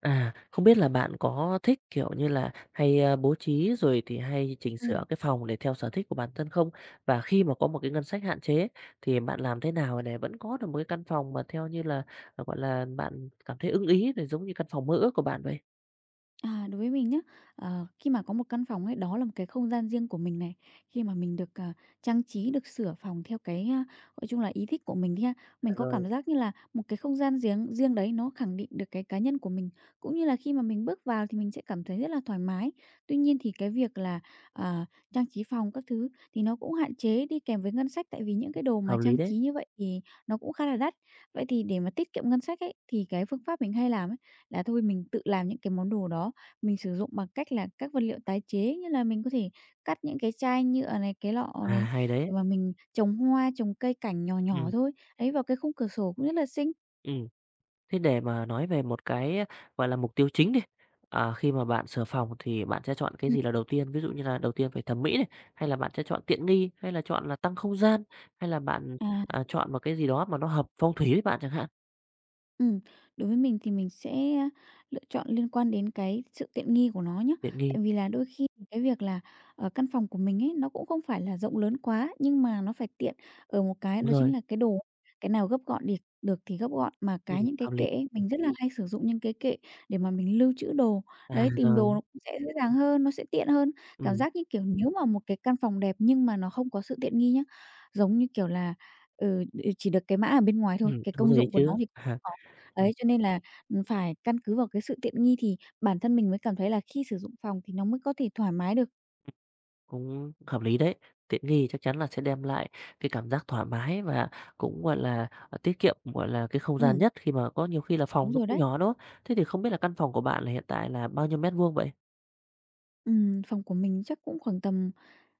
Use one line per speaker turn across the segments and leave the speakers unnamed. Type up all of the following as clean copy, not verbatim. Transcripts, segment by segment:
Không biết là bạn có thích, hay, bố trí rồi thì hay chỉnh
Ừ.
sửa cái phòng để theo sở thích của bản thân không? Và khi mà có một cái ngân sách hạn chế thì bạn làm thế nào để vẫn có được một cái căn phòng mà theo như là, bạn cảm thấy ưng ý, để giống như căn phòng mơ ước của bạn vậy?
À, đối với mình nhá, khi mà có một căn phòng ấy, đó là một cái không gian riêng của mình này. Khi mà mình được, trang trí, được sửa phòng theo cái, gọi chung là, ý thích của mình đi ha,
À,
mình có
rồi.
cảm giác như là một cái không gian riêng riêng đấy nó khẳng định được cái cá nhân của mình, cũng như là khi mà mình bước vào thì mình sẽ cảm thấy rất là thoải mái. Tuy nhiên thì cái việc là, à, trang trí phòng các thứ thì nó cũng hạn chế đi kèm với ngân sách, tại vì những cái đồ mà
Hợp lý
trang
đấy.
trí như vậy thì nó cũng khá là đắt. Vậy thì để mà tiết kiệm ngân sách ấy, thì cái phương pháp mình hay làm ấy, là thôi mình tự làm những cái món đồ đó mình sử dụng bằng cách là các vật liệu tái chế, như là mình có thể cắt những cái chai nhựa này, cái lọ
À,
này,
hay đấy.
để mà mình trồng hoa, trồng cây cảnh nhỏ nhỏ
Ừ.
thôi, đấy, vào cái khung cửa sổ cũng rất là xinh.
Ừ. Thế để mà nói về một cái, mục tiêu chính đi, khi mà bạn sửa phòng thì bạn sẽ chọn cái
Ừm.
gì là đầu tiên? Ví dụ như là đầu tiên phải thẩm mỹ này, hay là bạn sẽ chọn tiện nghi, hay là chọn là tăng không gian, hay là bạn,
À.
chọn một cái gì đó mà nó hợp phong thủy với bạn chẳng hạn?
Ừ, đối với mình thì mình sẽ, lựa chọn liên quan đến cái sự tiện nghi của nó nhé.
Tiện nghi,
Tại vì là đôi khi cái việc là, ở căn phòng của mình ấy, nó cũng không phải là rộng lớn quá, nhưng mà nó phải tiện ở một cái
đúng
đó
rồi,
chính là cái đồ, cái nào gấp gọn điệt được thì gấp gọn. Mà cái những cái
hợp
kệ
lý.
ấy, mình rất là hay sử dụng những cái kệ để mà mình lưu trữ đồ,
À,
đấy, tìm đồ
rồi.
nó cũng sẽ dễ dàng hơn, nó sẽ tiện hơn. Cảm
Ừm.
giác như kiểu, nếu mà một cái căn phòng đẹp nhưng mà nó không có sự tiện nghi nhá, giống như kiểu là, ừ, ừ, chỉ được cái mã ở bên ngoài thôi,
Ừm,
cái
đúng
công
rồi đấy
dụng của nó
chứ.
thì cũng
À.
không có. Đấy, cho nên là, ừ, phải căn cứ vào cái sự tiện nghi thì bản thân mình mới cảm thấy là khi sử dụng phòng thì nó mới có thể thoải mái được.
Cũng hợp lý đấy. Tiện nghi chắc chắn là sẽ đem lại cái cảm giác thoải mái và cũng, tiết kiệm, cái không gian
Ừ,
nhất khi mà có nhiều khi là phòng
đúng
nó
rồi
cũng
đấy.
nhỏ, đúng không? Thế thì không biết là căn phòng của bạn là hiện tại là bao nhiêu mét vuông vậy?
Phòng của mình chắc cũng khoảng tầm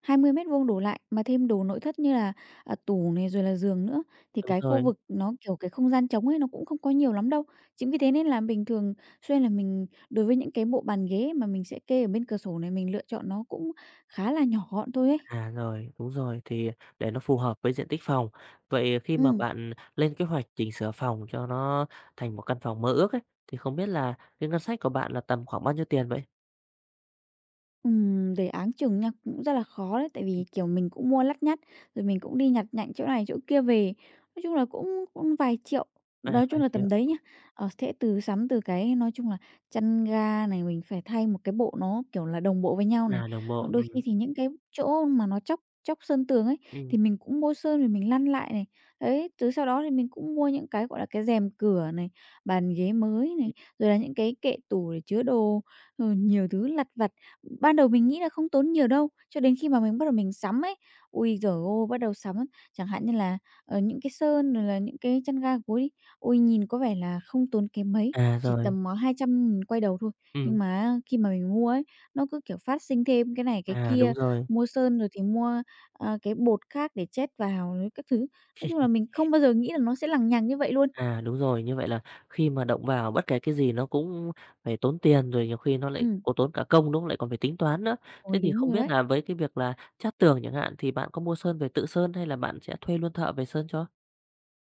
20 mét vuông đổ lại, mà thêm đồ nội thất như là, tủ này rồi là giường nữa, thì
Đúng
cái khu
rồi.
vực nó, kiểu, cái không gian trống ấy nó cũng không có nhiều lắm đâu. Chính vì thế nên là bình thường xuyên là mình đối với những cái bộ bàn ghế mà mình sẽ kê ở bên cửa sổ này, mình lựa chọn nó cũng khá là nhỏ gọn thôi ấy.
À, rồi, đúng rồi, thì để nó phù hợp với diện tích phòng. Vậy khi mà
Ừ.
bạn lên kế hoạch chỉnh sửa phòng cho nó thành một căn phòng mơ ước ấy, thì không biết là cái ngân sách của bạn là tầm khoảng bao nhiêu tiền vậy?
Để áng chừng nha, cũng rất là khó đấy, tại
Ừm,
vì, kiểu, mình cũng mua lắt nhắt, rồi mình cũng đi nhặt nhạnh chỗ này chỗ kia về. Nói chung là cũng cũng vài triệu, nói chung
7
là
000
tầm đấy nhá. Ờ, sẽ từ sắm từ cái nói chung là chăn ga này, mình phải thay một cái bộ nó, kiểu là, đồng bộ với nhau này.
à, đồng bộ,
Hoặc đôi khi
ừm.
thì những cái chỗ mà nó chóc chóc sơn tường ấy,
Ừm.
thì mình cũng mua sơn rồi mình lăn lại này. Đấy, từ sau đó thì mình cũng mua những cái, gọi là, cái rèm cửa này, bàn ghế mới này,
Ừm.
rồi là những cái kệ tủ để chứa đồ, rồi nhiều thứ lặt vặt. Ban đầu mình nghĩ là không tốn nhiều đâu, cho đến khi mà mình bắt đầu mình sắm ấy, ui giời ôi! Bắt đầu sắm chẳng hạn như là, những cái sơn rồi là những cái chăn ga gối đi, ôi, nhìn có vẻ là không tốn kém mấy,
À,
chỉ
rồi.
tầm, 200.000 quay đầu thôi.
Ừm.
Nhưng mà khi mà mình mua ấy, nó cứ, kiểu, phát sinh thêm cái này cái
À, đúng
kia,
rồi.
mua sơn rồi thì mua, cái bột khác để chét vào rồi các thứ. Nói chung là mình không bao giờ nghĩ là nó sẽ lằng nhằng như vậy luôn.
À, đúng rồi, như vậy là khi mà động vào bất kể cái gì nó cũng phải tốn tiền, rồi nhiều khi nó lại
Ừm.
có tốn cả công, đúng không? Lại còn phải tính toán nữa. Thế
Ôi,
thì
đúng
không
rồi
biết
đấy.
là với cái việc là chát tường chẳng hạn, thì bạn có mua sơn về tự sơn hay là bạn sẽ thuê luôn thợ về sơn cho?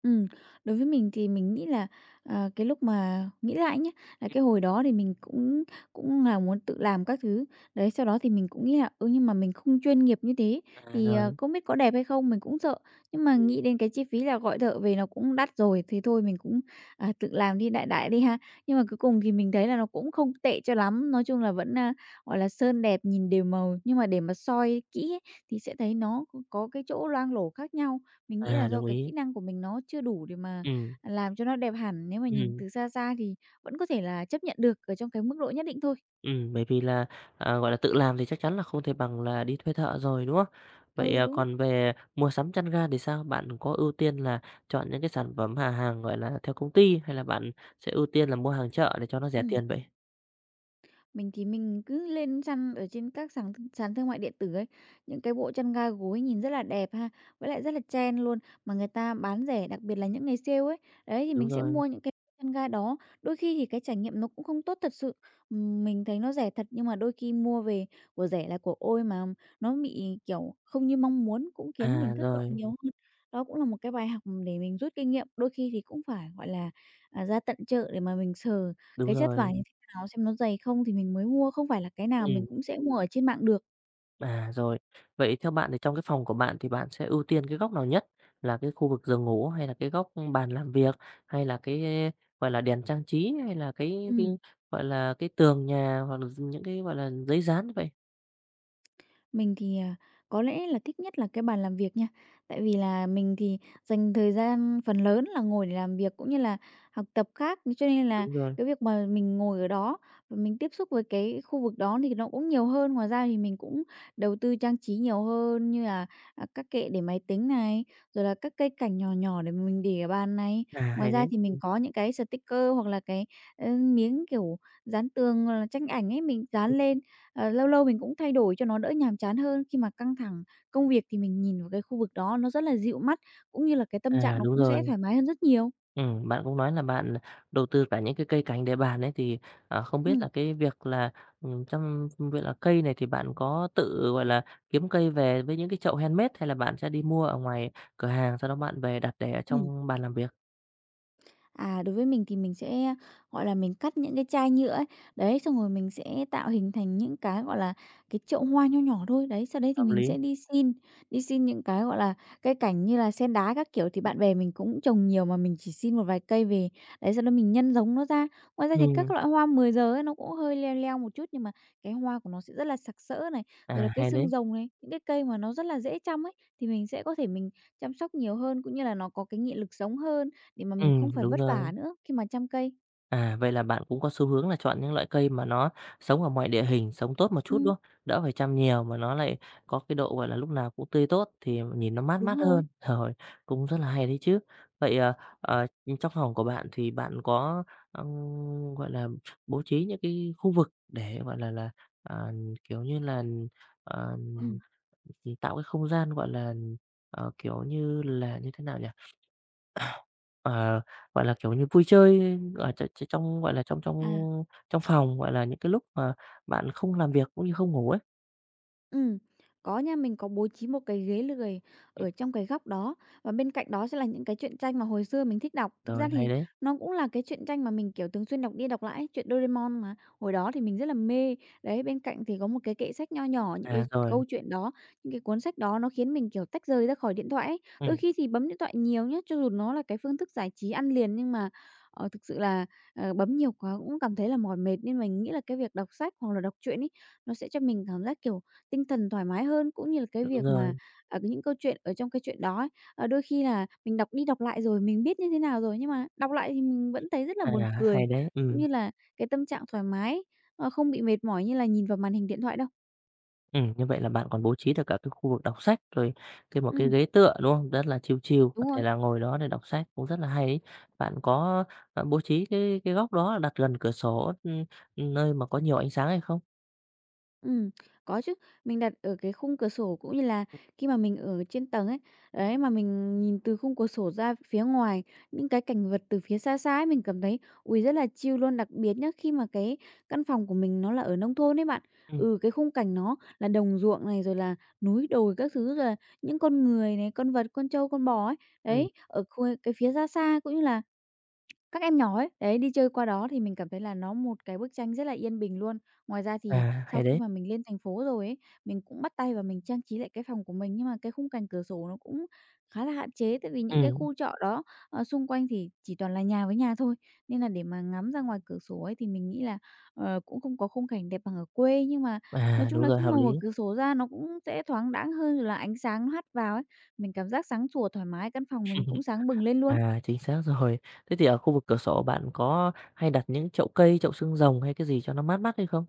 Ừ, đối với mình thì mình nghĩ là, cái lúc mà nghĩ lại nhá, là
Ừ.
cái hồi đó thì mình cũng cũng là muốn tự làm các thứ. Đấy, sau đó thì mình cũng nghĩ là, ừ, nhưng mà mình không chuyên nghiệp như thế
À,
thì,
rồi.
không biết có đẹp hay không, mình cũng sợ. Nhưng mà
Ừm.
nghĩ đến cái chi phí là gọi thợ về nó cũng đắt rồi, thì thôi mình cũng, tự làm đi đại đại đi ha. Nhưng mà cuối cùng thì mình thấy là nó cũng không tệ cho lắm, nói chung là vẫn, gọi là, sơn đẹp nhìn đều màu, nhưng mà để mà soi kỹ ấy, thì sẽ thấy nó có cái chỗ loang lổ khác nhau. Mình nghĩ
À,
là do
đồng
cái
ý.
kỹ năng của mình nó chưa đủ để mà
Ừ.
làm cho nó đẹp hẳn, nếu mà nhìn
Ừ.
từ xa xa thì vẫn có thể là chấp nhận được ở trong cái mức độ nhất định thôi.
Bởi vì là, tự làm thì chắc chắn là không thể bằng là đi thuê thợ rồi, đúng không? Vậy,
Ừ, đúng.
còn về mua sắm chăn ga thì sao? Bạn có ưu tiên là chọn những cái sản phẩm hàng, theo công ty hay là bạn sẽ ưu tiên là mua hàng chợ để cho nó rẻ
Ừ,
tiền vậy?
mình thì mình cứ lên săn ở trên các sàn sàn thương mại điện tử ấy, những cái bộ chăn ga gối nhìn rất là đẹp ha, với lại rất là trend luôn, mà người ta bán rẻ, đặc biệt là những ngày sale ấy. Đấy, thì
Đúng
mình sẽ
rồi.
mua những cái chăn ga đó, đôi khi thì cái trải nghiệm nó cũng không tốt thật sự. Mình thấy nó rẻ thật nhưng mà đôi khi mua về của rẻ là của ôi mà nó bị, kiểu, không như mong muốn, cũng khiến
À,
mình thất vọng
rồi,
nhiều hơn. Đó cũng là một cái bài học để mình rút kinh nghiệm, đôi khi thì cũng phải, gọi là, ra tận chợ để mà mình sờ
đúng
cái chất vải
rồi.
nào xem nó dày không thì mình mới mua, không phải là cái nào
Ừm.
mình cũng sẽ mua ở trên mạng được.
À, rồi. Vậy theo bạn thì trong cái phòng của bạn thì bạn sẽ ưu tiên cái góc nào nhất? Là cái khu vực giường ngủ hay là cái góc bàn làm việc hay là cái, đèn trang trí hay là cái,
Ừm.
cái tường nhà hoặc là những cái, giấy dán vậy?
Mình thì, có lẽ là thích nhất là cái bàn làm việc nha. Tại vì là mình thì dành thời gian phần lớn là ngồi để làm việc cũng như là học tập khác, cho nên là
Đúng rồi.
cái việc mà mình ngồi ở đó và mình tiếp xúc với cái khu vực đó thì nó cũng nhiều hơn. Ngoài ra thì mình cũng đầu tư trang trí nhiều hơn như là, các kệ để máy tính này, rồi là các cây cảnh nhỏ nhỏ để mình để ở bàn này.
À,
Ngoài
hay đấy.
ra thì mình
Ừm.
có những cái sticker hoặc là cái, miếng, kiểu, dán tường hoặc là tranh ảnh ấy, mình dán lên. Lâu lâu mình cũng thay đổi cho nó đỡ nhàm chán hơn, khi mà căng thẳng công việc thì mình nhìn vào cái khu vực đó nó rất là dịu mắt, cũng như là cái tâm
À,
trạng nó
đúng
cũng sẽ
rồi.
thoải mái hơn rất nhiều.
Bạn cũng nói là bạn đầu tư cả những cái cây cành để bàn ấy, thì, không biết là
Ừ.
cái việc là, trong việc là cây này thì bạn có tự, kiếm cây về với những cái chậu handmade hay là bạn sẽ đi mua ở ngoài cửa hàng, sau đó bạn về đặt để ở
Ừm.
trong bàn làm việc?
À, đối với mình thì mình sẽ, gọi là, mình cắt những cái chai nhựa ấy, đấy, xong rồi mình sẽ tạo hình thành những cái, gọi là, cái chậu hoa nho nhỏ thôi. Đấy, sau đấy thì
Hợp
mình
lý.
sẽ đi xin những cái, gọi là, cây cảnh như là sen đá các kiểu, thì bạn bè mình cũng trồng nhiều mà mình chỉ xin một vài cây về. Đấy, sau đó mình nhân giống nó ra. Ngoài ra thì các
Ừm,
loại hoa 10 giờ ấy, nó cũng hơi leo leo một chút, nhưng mà cái hoa của nó sẽ rất là sặc sỡ này, rồi
à,
là cây
hay
xương
đấy.
rồng này, những cái cây mà nó rất là dễ chăm ấy, thì mình sẽ có thể mình chăm sóc nhiều hơn, cũng như là nó có cái nghị lực sống hơn. Để mà mình không phải
Đúng
vất
rồi.
vả nữa khi mà chăm cây.
À, vậy là bạn cũng có xu hướng là chọn những loại cây mà nó sống ở mọi địa hình, sống tốt một chút,
Ừ,
đúng không? Đỡ phải chăm nhiều mà nó lại có cái độ, lúc nào cũng tươi tốt thì nhìn nó mát
đúng
mát
rồi.
hơn. Rồi, cũng rất là hay đấy chứ. Vậy, ờ, trong phòng của bạn thì bạn có, ừm, gọi là, bố trí những cái khu vực để, ờ, kiểu như là, ờ,
Ừm,
tạo cái không gian, kiểu như là, như thế nào nhỉ? Ờ, kiểu như, vui chơi ở tr tr trong, trong trong
à.
trong phòng, những cái lúc mà bạn không làm việc cũng như không ngủ ấy.
Ừm, có nha, mình có bố trí một cái ghế lười
Ừm.
ở trong cái góc đó và bên cạnh đó sẽ là những cái truyện tranh mà hồi xưa mình thích đọc. Thực
Rồi,
ra
hay
thì
đấy.
nó cũng là cái truyện tranh mà mình, kiểu, thường xuyên đọc đi đọc lại ấy, truyện Doraemon mà, hồi đó thì mình rất là mê. Đấy, bên cạnh thì có một cái kệ sách nho nhỏ, những cái
À, rồi,
câu chuyện đó, những cái cuốn sách đó nó khiến mình, kiểu, tách rời ra khỏi điện thoại ấy. Đôi
ừm,
khi thì bấm điện thoại nhiều nhá, cho dù nó là cái phương thức giải trí ăn liền nhưng mà, thực sự là, bấm nhiều quá cũng cảm thấy là mỏi mệt nên mình nghĩ là cái việc đọc sách hoặc là đọc truyện ấy, nó sẽ cho mình cảm giác, kiểu, tinh thần thoải mái hơn, cũng như là cái
đúng
việc mà,
rồi.
ở những câu chuyện ở trong cái chuyện đó ấy, đôi khi là mình đọc đi đọc lại rồi, mình biết như thế nào rồi, nhưng mà đọc lại thì mình vẫn thấy rất là buồn
À,
cười,
hay đấy,
cũng
ừm.
như là cái tâm trạng thoải mái, không bị mệt mỏi như là nhìn vào màn hình điện thoại đâu.
Ừm, như vậy là bạn còn bố trí được cả cái khu vực đọc sách, rồi một cái
Ừm,
ghế tựa, đúng không? Rất là chill chill, có
đúng
thể
rồi.
là ngồi đó để đọc sách cũng rất là hay ấy. Bạn có, bố trí cái góc đó đặt gần cửa sổ, nơi mà có nhiều ánh sáng hay không?
Ừm, có chứ. Mình đặt ở cái khung cửa sổ cũng như là
Ừm.
khi mà mình ở trên tầng ấy, đấy, mà mình nhìn từ khung cửa sổ ra phía ngoài, những cái cảnh vật từ phía xa xa ấy, mình cảm thấy, ui rất là chill luôn. Đặc biệt nhá, khi mà cái căn phòng của mình nó là ở nông thôn ấy bạn,
Ừm.
ừ, cái khung cảnh nó là đồng ruộng này, rồi là núi đồi các thứ, rồi là những con người này, con vật, con trâu, con bò ấy.
Ừm,
Đấy, ở khuê cái phía xa xa cũng như là các em nhỏ ấy, đấy, đi chơi qua đó thì mình cảm thấy là nó một cái bức tranh rất là yên bình luôn. Ngoài ra thì
à, hay
sau khi
đấy.
mà mình lên thành phố rồi ấy, mình cũng bắt tay vào mình trang trí lại cái phòng của mình, nhưng mà cái khung cảnh cửa sổ nó cũng khá là hạn chế, tại vì những cái
Ừm,
khu trọ đó, xung quanh thì chỉ toàn là nhà với nhà thôi. Nên là để mà ngắm ra ngoài cửa sổ ấy thì mình nghĩ là, cũng không có khung cảnh đẹp bằng ở quê, nhưng mà nói
à,
chung
đúng
là
rồi,
khi
hợp
mà mở
lý.
cửa sổ ra nó cũng sẽ thoáng đãng hơn, rồi là ánh sáng nó hắt vào ấy, mình cảm giác sáng sủa thoải mái, căn phòng mình cũng sáng bừng lên luôn.
À, chính xác rồi. Thế thì ở khu vực cửa sổ bạn có hay đặt những chậu cây, chậu xương rồng hay cái gì cho nó mát mắt hay không?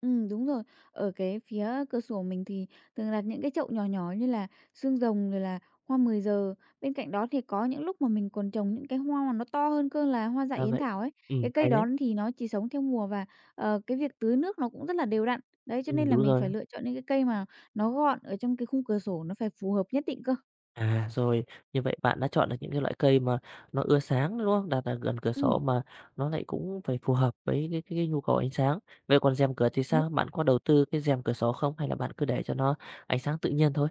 Ừ đúng rồi. Ở cái phía cửa sổ mình thì thường đặt những cái chậu nhỏ nhỏ như là xương rồng rồi là hoa 10 giờ. Bên cạnh đó thì có những lúc mà mình còn trồng những cái hoa mà nó to hơn cơ là hoa dại
Ra
yến
vậy.
thảo ấy. Cái cây
Hay đấy.
đó thì nó chỉ sống theo mùa và, cái việc tưới nước nó cũng rất là đều đặn. Đấy, cho nên là
Đúng
mình
rồi.
phải lựa chọn những cái cây mà nó gọn ở trong cái khung cửa sổ, nó phải phù hợp nhất định cơ.
À, rồi, như vậy bạn đã chọn được những cái loại cây mà nó ưa sáng, đúng không? Đặt ở gần cửa sổ
Ừm.
mà nó lại cũng phải phù hợp với cái nhu cầu ánh sáng. Vậy còn rèm cửa thì
Đúng.
sao? Bạn có đầu tư cái rèm cửa sổ không hay là bạn cứ để cho nó ánh sáng tự nhiên thôi?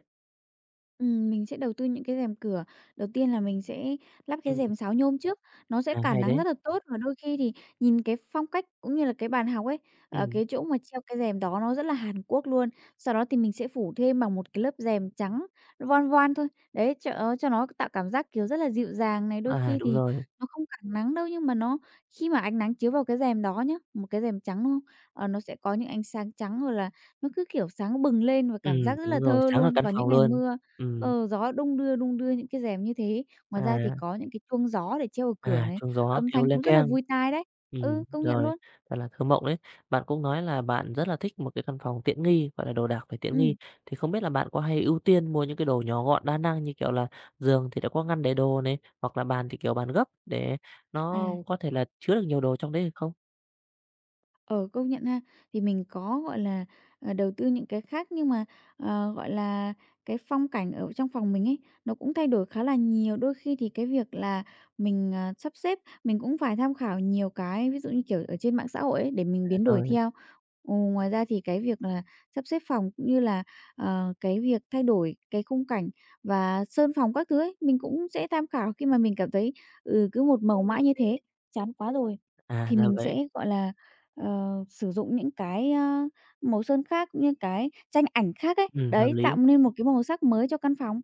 Mình sẽ đầu tư những cái rèm cửa. Đầu tiên là mình sẽ lắp cái
Ừm,
rèm sáo nhôm trước, nó sẽ
à,
cản
hay
nắng
đấy.
rất là tốt và đôi khi thì nhìn cái phong cách cũng như là cái bàn học ấy, ở
Ừm,
cái chỗ mà treo cái rèm đó nó rất là Hàn Quốc luôn. Sau đó thì mình sẽ phủ thêm bằng một cái lớp rèm trắng voan voan thôi. Đấy, cho cho nó tạo cảm giác, kiểu, rất là dịu dàng này. Đôi
à,
khi
đúng
thì
rồi.
nó không cản nắng đâu, nhưng mà nó khi mà ánh nắng chiếu vào cái rèm đó nhá, một cái rèm trắng, đúng không? Ờ, nó sẽ có những ánh sáng trắng rồi là nó cứ, kiểu, sáng bừng lên và cảm giác rất là
Đúng rồi,
thơ
sáng ở
luôn
căn
vào những
phòng
ngày
luôn.
mưa.
Ừm,
Ờ, gió đung đưa những cái rèm như thế. Ngoài ra thì
à.
có những cái chuông gió để treo ở cửa
À,
này,
Chuông gió,
âm
Thiếu
thanh
Liên
cũng rất là
Keng.
vui tai đấy. Ừ, công nhận
Rồi,
luôn.
thật là thơ mộng đấy. Bạn cũng nói là bạn rất là thích một cái căn phòng tiện nghi, đồ đạc phải tiện
Ừ,
nghi, thì không biết là bạn có hay ưu tiên mua những cái đồ nhỏ gọn, đa năng như kiểu là giường thì đã có ngăn để đồ này, hoặc là bàn thì kiểu bàn gấp để nó
à.
có thể là chứa được nhiều đồ trong đấy hay không?
Ờ, công nhận ha. Thì mình có, gọi là, đầu tư những cái khác nhưng mà, gọi là, cái phong cảnh ở trong phòng mình ấy, nó cũng thay đổi khá là nhiều. Đôi khi thì cái việc là mình, sắp xếp, mình cũng phải tham khảo nhiều cái, ví dụ như, kiểu, ở trên mạng xã hội ấy, để
À,
mình biến đổi
rồi,
theo. Ừ, ngoài ra thì cái việc là sắp xếp phòng cũng như là, cái việc thay đổi cái khung cảnh và sơn phòng các thứ ấy, mình cũng sẽ tham khảo khi mà mình cảm thấy, ừ, cứ một màu mãi như thế, chán quá rồi,
à,
thì
ra
mình
vậy.
sẽ, gọi là, Ờ, sử dụng những cái, màu sơn khác, cũng như cái tranh ảnh khác ấy,
Hợp
đấy, tạo
lý.
nên một cái màu sắc mới cho căn phòng.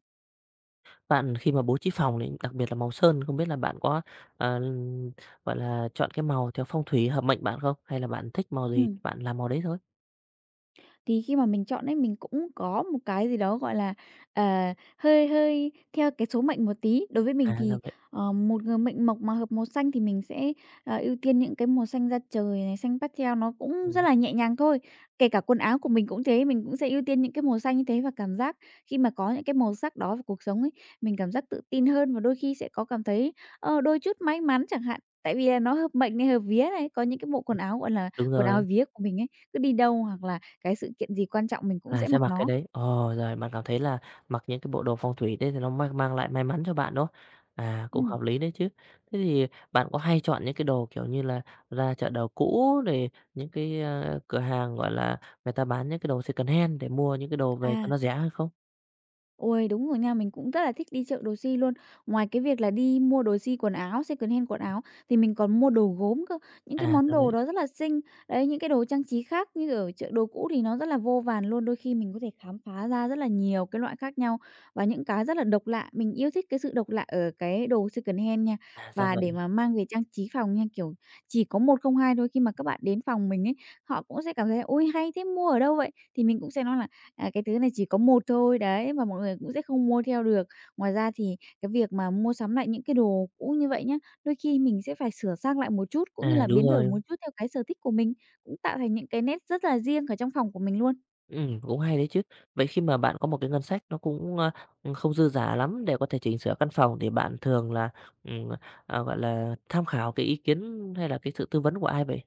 Bạn khi mà bố trí phòng thì đặc biệt là màu sơn, không biết là bạn có, ờ, chọn cái màu theo phong thủy hợp mệnh bạn không? Hay là bạn thích màu gì thì
Ừm.
bạn làm màu đấy thôi?
Thì khi mà mình chọn ấy, mình cũng có một cái gì đó, gọi là, ờ, hơi hơi theo cái số mệnh một tí. Đối với
À,
mình
ra
thì,
vậy.
một người mệnh Mộc mà hợp màu xanh thì mình sẽ, ưu tiên những cái màu xanh da trời này, xanh pastel nó cũng rất
Ừm.
là nhẹ nhàng thôi. Kể cả quần áo của mình cũng thế, mình cũng sẽ ưu tiên những cái màu xanh như thế và cảm giác khi mà có những cái màu sắc đó vào cuộc sống ấy, mình cảm giác tự tin hơn và đôi khi sẽ có cảm thấy, đôi chút may mắn chẳng hạn. Tại vì là nó hợp mệnh này, hợp vía này, có những cái bộ
Ừm,
quần áo, gọi là,
đúng
quần
rồi,
áo vía của mình ấy, cứ đi đâu hoặc là cái sự kiện gì quan trọng mình cũng
là
sẽ
sẽ
mặc
mặc cái
nó.
đấy. Ồ, rồi bạn cảm thấy là mặc những cái bộ đồ phong thủy đấy thì nó mang mang lại may mắn cho bạn, đúng không? À, cũng
Ừm.
hợp lý đấy chứ. Thế thì bạn có hay chọn những cái đồ, kiểu như là, ra chợ đầu cũ rồi những cái, cửa hàng, người ta bán những cái đồ secondhand để mua những cái đồ về cho
À,
nó rẻ hay không?
ôi, đúng rồi nha, mình cũng rất là thích đi chợ đồ si luôn. Ngoài cái việc là đi mua đồ si quần áo, secondhand quần áo thì mình còn mua đồ gốm cơ, những
À,
cái món
ra
đồ
vậy,
đó rất là xinh. Đấy, những cái đồ trang trí khác như ở chợ đồ cũ thì nó rất là vô vàn luôn, đôi khi mình có thể khám phá ra rất là nhiều cái loại khác nhau và những cái rất là độc lạ. Mình yêu thích cái sự độc lạ ở cái đồ secondhand nha,
à, ra
và
vậy.
để mà mang về trang trí phòng nha, kiểu, chỉ có một không 2 thôi. Khi mà các bạn đến phòng mình ấy, họ cũng sẽ cảm thấy: "Ôi, hay thế, mua ở đâu vậy?" Thì mình cũng sẽ nói là à, cái thứ này chỉ có một thôi, đấy, và mọi người cũng sẽ không mua theo được. Ngoài ra thì cái việc mà mua sắm lại những cái đồ cũ như vậy nhá, đôi khi mình sẽ phải sửa sang lại một chút, cũng như
À,
là
đúng
biến đổi một
rồi.
chút theo cái sở thích của mình, cũng tạo thành những cái nét rất là riêng ở trong phòng của mình luôn.
Cũng hay đấy chứ. Vậy khi mà bạn có một cái ngân sách nó cũng, không dư dả lắm để có thể chỉnh sửa căn phòng thì bạn thường là, ừm, tham khảo cái ý kiến hay là cái sự tư vấn của ai vậy?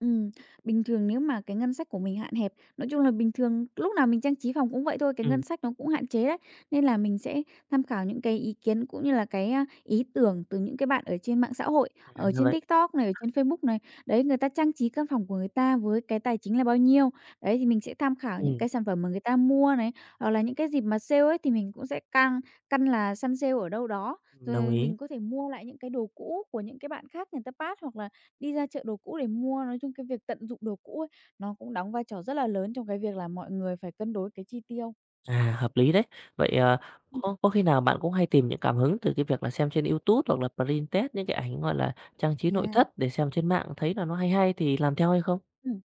Ừm, bình thường nếu mà cái ngân sách của mình hạn hẹp, nói chung là bình thường lúc nào mình trang trí phòng cũng vậy thôi, cái
Ừm,
ngân sách nó cũng hạn chế đấy. Nên là mình sẽ tham khảo những cái ý kiến cũng như là cái, ý tưởng từ những cái bạn ở trên mạng xã hội,
à,
ở
ra
trên
vậy.
TikTok này, ở trên Facebook này. Đấy, người ta trang trí căn phòng của người ta với cái tài chính là bao nhiêu. Đấy, thì mình sẽ tham khảo những
Ừm,
cái sản phẩm mà người ta mua này, hoặc là những cái dịp mà sale ấy thì mình cũng sẽ căn căn là săn sale ở đâu đó,
đồng
rồi
ý.
mình có thể mua lại những cái đồ cũ của những cái bạn khác người ta pass hoặc là đi ra chợ đồ cũ để mua, nói chung cái việc tận dụng đồ cũ ấy, nó cũng đóng vai trò rất là lớn trong cái việc là mọi người phải cân đối cái chi tiêu.
À, hợp lý đấy. Vậy,
Ừm,
có khi nào bạn cũng hay tìm những cảm hứng từ cái việc là xem trên YouTube hoặc là Pinterest những cái ảnh, trang trí nội
à.
thất để xem trên mạng thấy là nó hay hay thì làm theo hay không?
Ừm.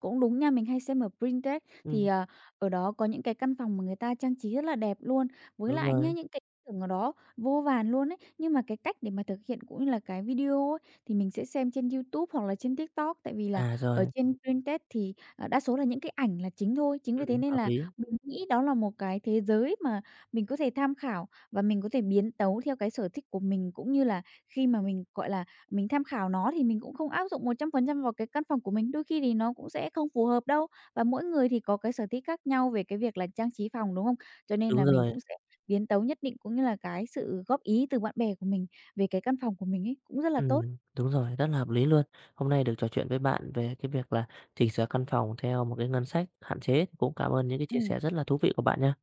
Cũng đúng nha, mình hay xem ở Pinterest thì,
Ừm,
ở đó có những cái căn phòng mà người ta trang trí rất là đẹp luôn. Với
đúng
lại nhá,
rồi.
những cái ý tưởng ở đó vô vàn luôn ấy, nhưng mà cái cách để mà thực hiện cũng như là cái video ấy, thì mình sẽ xem trên YouTube hoặc là trên TikTok. Tại vì là
À,
ở
rồi.
trên Pinterest thì, đa số là những cái ảnh là chính thôi. Chính vì thế nên
Hợp
là
lý.
mình nghĩ đó là một cái thế giới mà mình có thể tham khảo và mình có thể biến tấu theo cái sở thích của mình, cũng như là khi mà mình, gọi là, mình tham khảo nó thì mình cũng không áp dụng 100% vào cái căn phòng của mình, đôi khi thì nó cũng sẽ không phù hợp đâu. Và mỗi người thì có cái sở thích khác nhau về cái việc là trang trí phòng, đúng không? Cho nên
Đúng
là mình
rồi.
cũng sẽ biến tấu nhất định, cũng như là cái sự góp ý từ bạn bè của mình về cái căn phòng của mình ấy, cũng rất là
Ừ,
tốt.
đúng rồi, rất là hợp lý luôn. Hôm nay được trò chuyện với bạn về cái việc là chỉnh sửa căn phòng theo một cái ngân sách hạn chế, cũng cảm ơn những cái
Ừ,
chia sẻ rất là thú vị của bạn nha.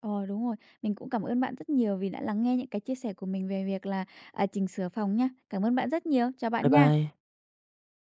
ờ, đúng rồi. Mình cũng cảm ơn bạn rất nhiều vì đã lắng nghe những cái chia sẻ của mình về việc là, chỉnh sửa phòng nha. Cảm ơn bạn rất nhiều. Chào
Bye
bạn nha.
bye.